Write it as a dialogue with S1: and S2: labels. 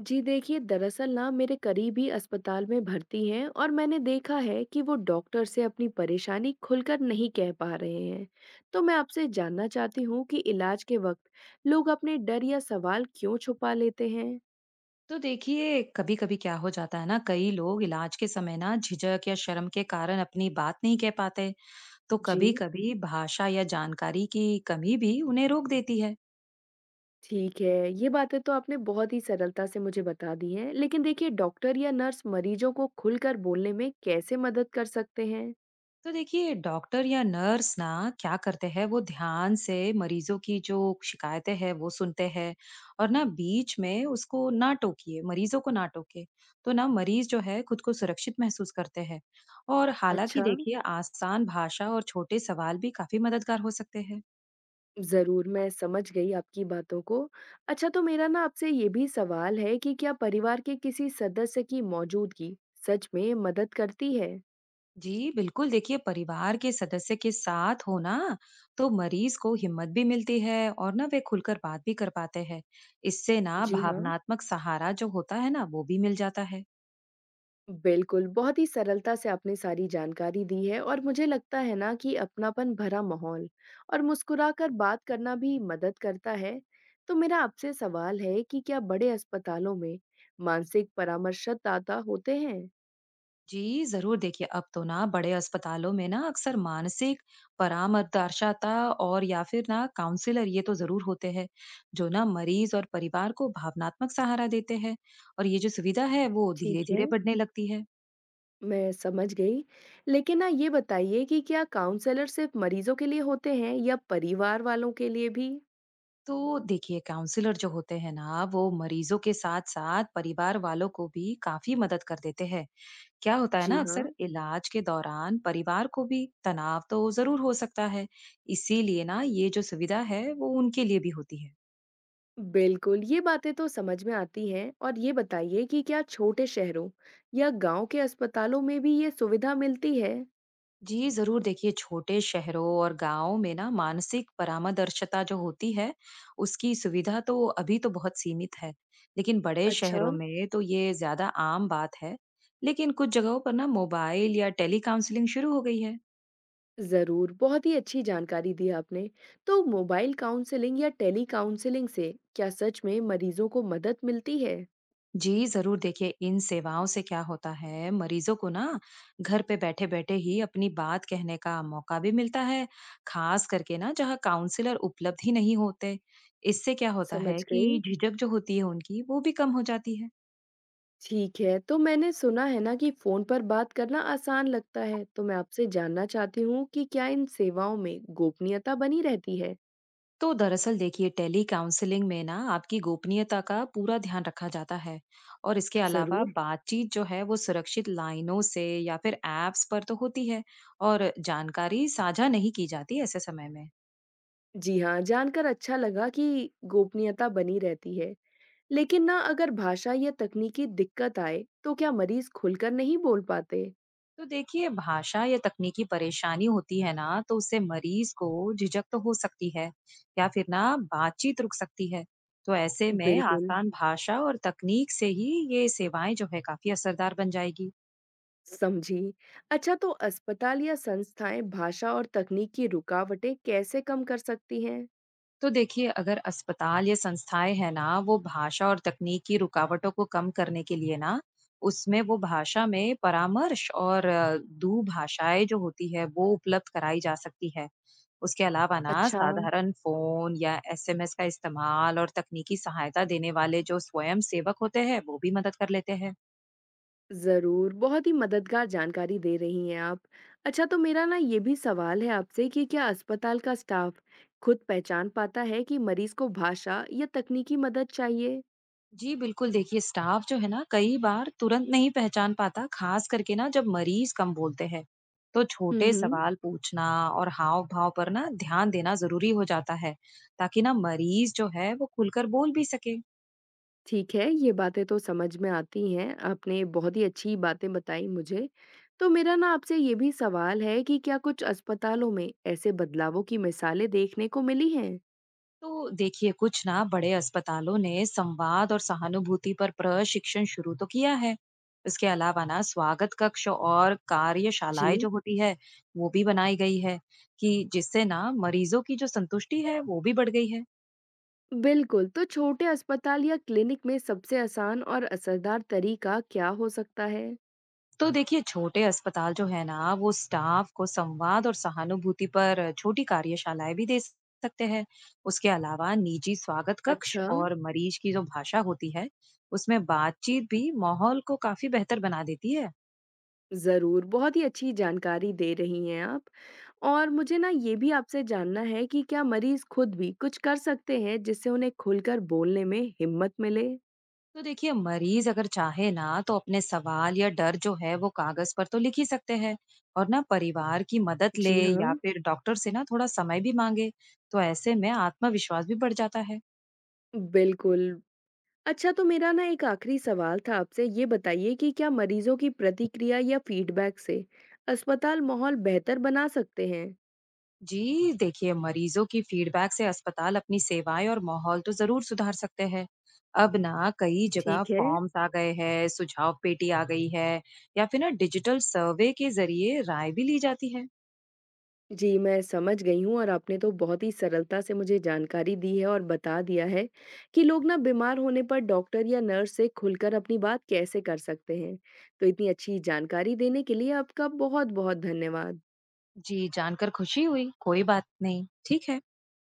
S1: जी देखिए, दरअसल ना मेरे करीबी अस्पताल में भर्ती हैं और मैंने देखा है कि वो डॉक्टर से अपनी परेशानी खुलकर नहीं कह पा रहे हैं। तो मैं आपसे जानना चाहती हूँ कि इलाज के वक्त लोग अपने डर या सवाल क्यों छुपा लेते हैं?
S2: तो देखिए, कभी कभी क्या हो जाता है ना, कई लोग इलाज के समय ना झिझक या शर्म के कारण अपनी बात नहीं कह पाते। तो
S1: जी,
S2: कभी कभी भाषा या जानकारी की कमी भी उन्हें रोक देती है।
S1: ठीक है। ये बातें तो आपने बहुत ही सरलता से मुझे बता दी हैं, लेकिन देखिए डॉक्टर या नर्स मरीजों को खुलकर बोलने में कैसे मदद कर सकते हैं?
S2: तो देखिए, डॉक्टर या नर्स ना, क्या करते हैं, वो ध्यान से मरीजों की जो शिकायतें हैं वो सुनते हैं। और ना बीच में उसको ना टोकिए, मरीजों को ना टोके। तो ना मरीज जो है खुद को सुरक्षित महसूस करते हैं। और हालांकि
S1: अच्छा।
S2: देखिए, आसान भाषा और छोटे सवाल भी काफी मददगार हो सकते हैं।
S1: ज़रूर, मैं समझ गई आपकी बातों को। अच्छा तो मेरा ना आपसे ये भी सवाल है कि क्या परिवार के किसी सदस्य की मौजूदगी सच में मदद करती है?
S2: जी बिल्कुल, देखिए, परिवार के सदस्य के साथ होना तो मरीज को हिम्मत भी मिलती है, और ना वे खुलकर बात भी कर पाते हैं। इससे ना
S1: जी हाँ।
S2: भावनात्मक सहारा जो होता है ना वो भी मिल जाता है।
S1: बिल्कुल, बहुत ही सरलता से आपने सारी जानकारी दी है और मुझे लगता है ना कि अपनापन भरा माहौल और मुस्कुराकर बात करना भी मदद करता है। तो मेरा आपसे सवाल है कि क्या बड़े अस्पतालों में मानसिक परामर्शदाता होते हैं?
S2: जी जरूर, देखिए, अब तो ना बड़े अस्पतालों में ना अक्सर मानसिक परामर्शदाता और या फिर ना काउंसलर ये तो जरूर होते हैं, जो ना मरीज और परिवार को भावनात्मक सहारा देते हैं। और ये जो सुविधा है वो धीरे
S1: ठीक है।
S2: धीरे बढ़ने लगती है।
S1: मैं समझ गई। लेकिन ना ये बताइए कि क्या काउंसलर सिर्फ मरीजों के लिए होते हैं या परिवार वालों के लिए भी?
S2: तो देखिए, काउंसलर जो होते हैं ना, वो मरीजों के साथ साथ परिवार वालों को भी काफी मदद कर देते हैं। क्या होता है
S1: जी
S2: ना,
S1: हाँ,
S2: अक्सर इलाज के दौरान परिवार को भी तनाव तो जरूर हो सकता है। इसीलिए ना ये जो सुविधा है वो उनके लिए भी होती है।
S1: बिल्कुल। ये बातें तो समझ में आती हैं और ये बताइए कि क्या छोटे शहरों या गांव के अस्पतालों में भी ये सुविधा मिलती है?
S2: जी, ज़रूर, देखिए, छोटे शहरों और गाँवों में ना मानसिक परामर्शदा जो होती है, उसकी सुविधा तो अभी तो बहुत सीमित है। लेकिन बड़े
S1: अच्छा,
S2: शहरों में तो ये ज़्यादा आम बात है। लेकिन कुछ जगहों पर ना मोबाइल या टेली काउंसलिंग शुरू हो गई है।
S1: ज़रूर। बहुत ही अच्छी जानकारी दी आपने। तो मोबाइल काउंसलिंग या टेली काउंसलिंग से क्या सच में मरीजों को मदद मिलती है?
S2: जी जरूर, देखिए, इन सेवाओं से क्या होता है, मरीजों को ना घर पे बैठे बैठे ही अपनी बात कहने का मौका भी मिलता है, खास करके ना जहाँ काउंसलर उपलब्ध ही नहीं होते। इससे क्या होता
S1: समझ
S2: है कि
S1: गई।
S2: झिझक जो होती है उनकी वो भी कम हो जाती है।
S1: ठीक है, तो मैंने सुना है ना कि फोन पर बात करना आसान लगता है, तो मैं आपसे जानना चाहती हूँ कि क्या इन सेवाओं में गोपनीयता बनी रहती है?
S2: तो दरअसल देखिए, टेली काउंसलिंग में ना आपकी गोपनीयता का पूरा ध्यान रखा जाता है। और इसके अलावा
S1: जरूर।
S2: बातचीत जो है वो सुरक्षित लाइनों से या फिर एप्स पर तो होती है। और जानकारी साझा नहीं की जाती ऐसे समय में।
S1: जी हाँ, जानकर अच्छा लगा कि गोपनीयता बनी रहती है। लेकिन ना अगर भाषा या तकनीकी दिक्कत आए तो क्या मरीज खुलकर नहीं बोल पाते?
S2: तो देखिए, भाषा या तकनीकी परेशानी होती है ना, तो उससे मरीज को झिझक तो हो सकती है, या फिर ना बातचीत रुक सकती है। तो ऐसे में
S1: बिल्कुल।
S2: आसान भाषा और तकनीक से ही ये सेवाएं जो है काफी असरदार बन जाएगी।
S1: समझी। अच्छा, तो अस्पताल या संस्थाएं भाषा और तकनीक की रुकावटें कैसे कम कर सकती हैं?
S2: तो देखिए, अगर अस्पताल या संस्थाएँ हैं ना, वो भाषा और तकनीक की रुकावटों को कम करने के लिए ना, उसमें वो भाषा में परामर्श और दुभाषाएँ जो होती है, वो उपलब्ध कराई जा सकती है। उसके अलावा ना,
S1: अच्छा।
S2: साधारण फ़ोन या एसएमएस का इस्तेमाल और तकनीकी सहायता देने वाले जो स्वयंसेवक होते हैं, वो भी मदद कर लेते हैं।
S1: ज़रूर, बहुत ही मददगार जानकारी दे रही हैं आप। अच्छा तो मेरा ना ये भी सवाल है आपसे कि क्या अस्पताल का स्टाफ खुद पहचान पाता है कि मरीज़ को भाषा या तकनीकी मदद चाहिए?
S2: जी, बिल्कुल, देखिए, स्टाफ जो है ना कई बार तुरंत नहीं पहचान पाता, खास करके ना जब मरीज कम बोलते हैं। तो
S1: हुँ,
S2: छोटे
S1: हुँ।
S2: सवाल पूछना और हाव-भाव पर ना ध्यान देना ज़रूरी हो जाता है, ताकि ना मरीज जो है वो खुलकर बोल भी सके।
S1: ठीक है, ये बातें तो समझ में आती हैं, आपने बहुत ही अच्छी बातें बताई मुझे। तो मेरा ना आपसे ये भी सवाल है कि क्या कुछ अस्पतालों में ऐसे बदलावों की मिसालें देखने को मिली हैं?
S2: तो देखिए, कुछ ना बड़े अस्पतालों ने संवाद और सहानुभूति पर प्रशिक्षण शुरू तो किया है। इसके अलावा ना स्वागत कक्ष और
S1: जी।
S2: कार्यशालाएँ जो होती है, वो भी बनाई गई है, कि जिससे ना मरीजों की जो संतुष्टि है, वो भी बढ़ गई है।
S1: बिल्कुल, तो छोटे अस्पताल या क्लिनिक में सबसे आसान और असरदार तरीका क्या हो सकता है?
S2: तो देखिए, छोटे अस्पताल जो है ना, वो स्टाफ को संवाद और सहानुभूति पर छोटी कार्यशालाएं भी दे सकते हैं। उसके अलावा निजी स्वागत कक्ष
S1: अच्छा।
S2: और मरीज की जो भाषा होती है उसमें बातचीत भी माहौल को काफी बेहतर बना देती है।
S1: ज़रूर, बहुत ही अच्छी जानकारी दे रही हैं आप। और मुझे ना ये भी आपसे जानना है कि क्या मरीज़ खुद भी कुछ कर सकते हैं जिससे उन्हें खुलकर बोलने में हिम्मत मिले?
S2: तो देखिए, मरीज अगर चाहे ना तो अपने सवाल या डर जो है वो कागज पर तो लिख ही सकते हैं। और ना परिवार की मदद ले
S1: जी हाँ।
S2: या फिर डॉक्टर से ना थोड़ा समय भी मांगे। तो ऐसे में आत्मविश्वास भी बढ़ जाता है।
S1: बिल्कुल। अच्छा, तो मेरा ना एक आखिरी सवाल था आपसे, ये बताइए कि क्या मरीजों की प्रतिक्रिया या फीडबैक से अस्पताल माहौल बेहतर बना सकते हैं?
S2: जी देखिए, मरीजों की फीडबैक से अस्पताल अपनी सेवाएं और माहौल तो जरूर सुधार सकते हैं। अब ना कई जगह
S1: ठीक है।
S2: फॉर्म्स आ गए हैं, सुझाव पेटी आ गई है, या फिर ना डिजिटल सर्वे के जरिए राय भी ली जाती है।
S1: जी, मैं समझ गई हूँ और आपने तो बहुत ही सरलता से मुझे जानकारी दी है और बता दिया है कि लोग ना बीमार होने पर डॉक्टर या नर्स से खुलकर अपनी बात कैसे कर सकते हैं। तो इतनी अच्छी जानकारी देने के लिए आपका बहुत-बहुत धन्यवाद।
S2: जी, जानकर खुशी हुई। कोई बात नहीं, ठीक है।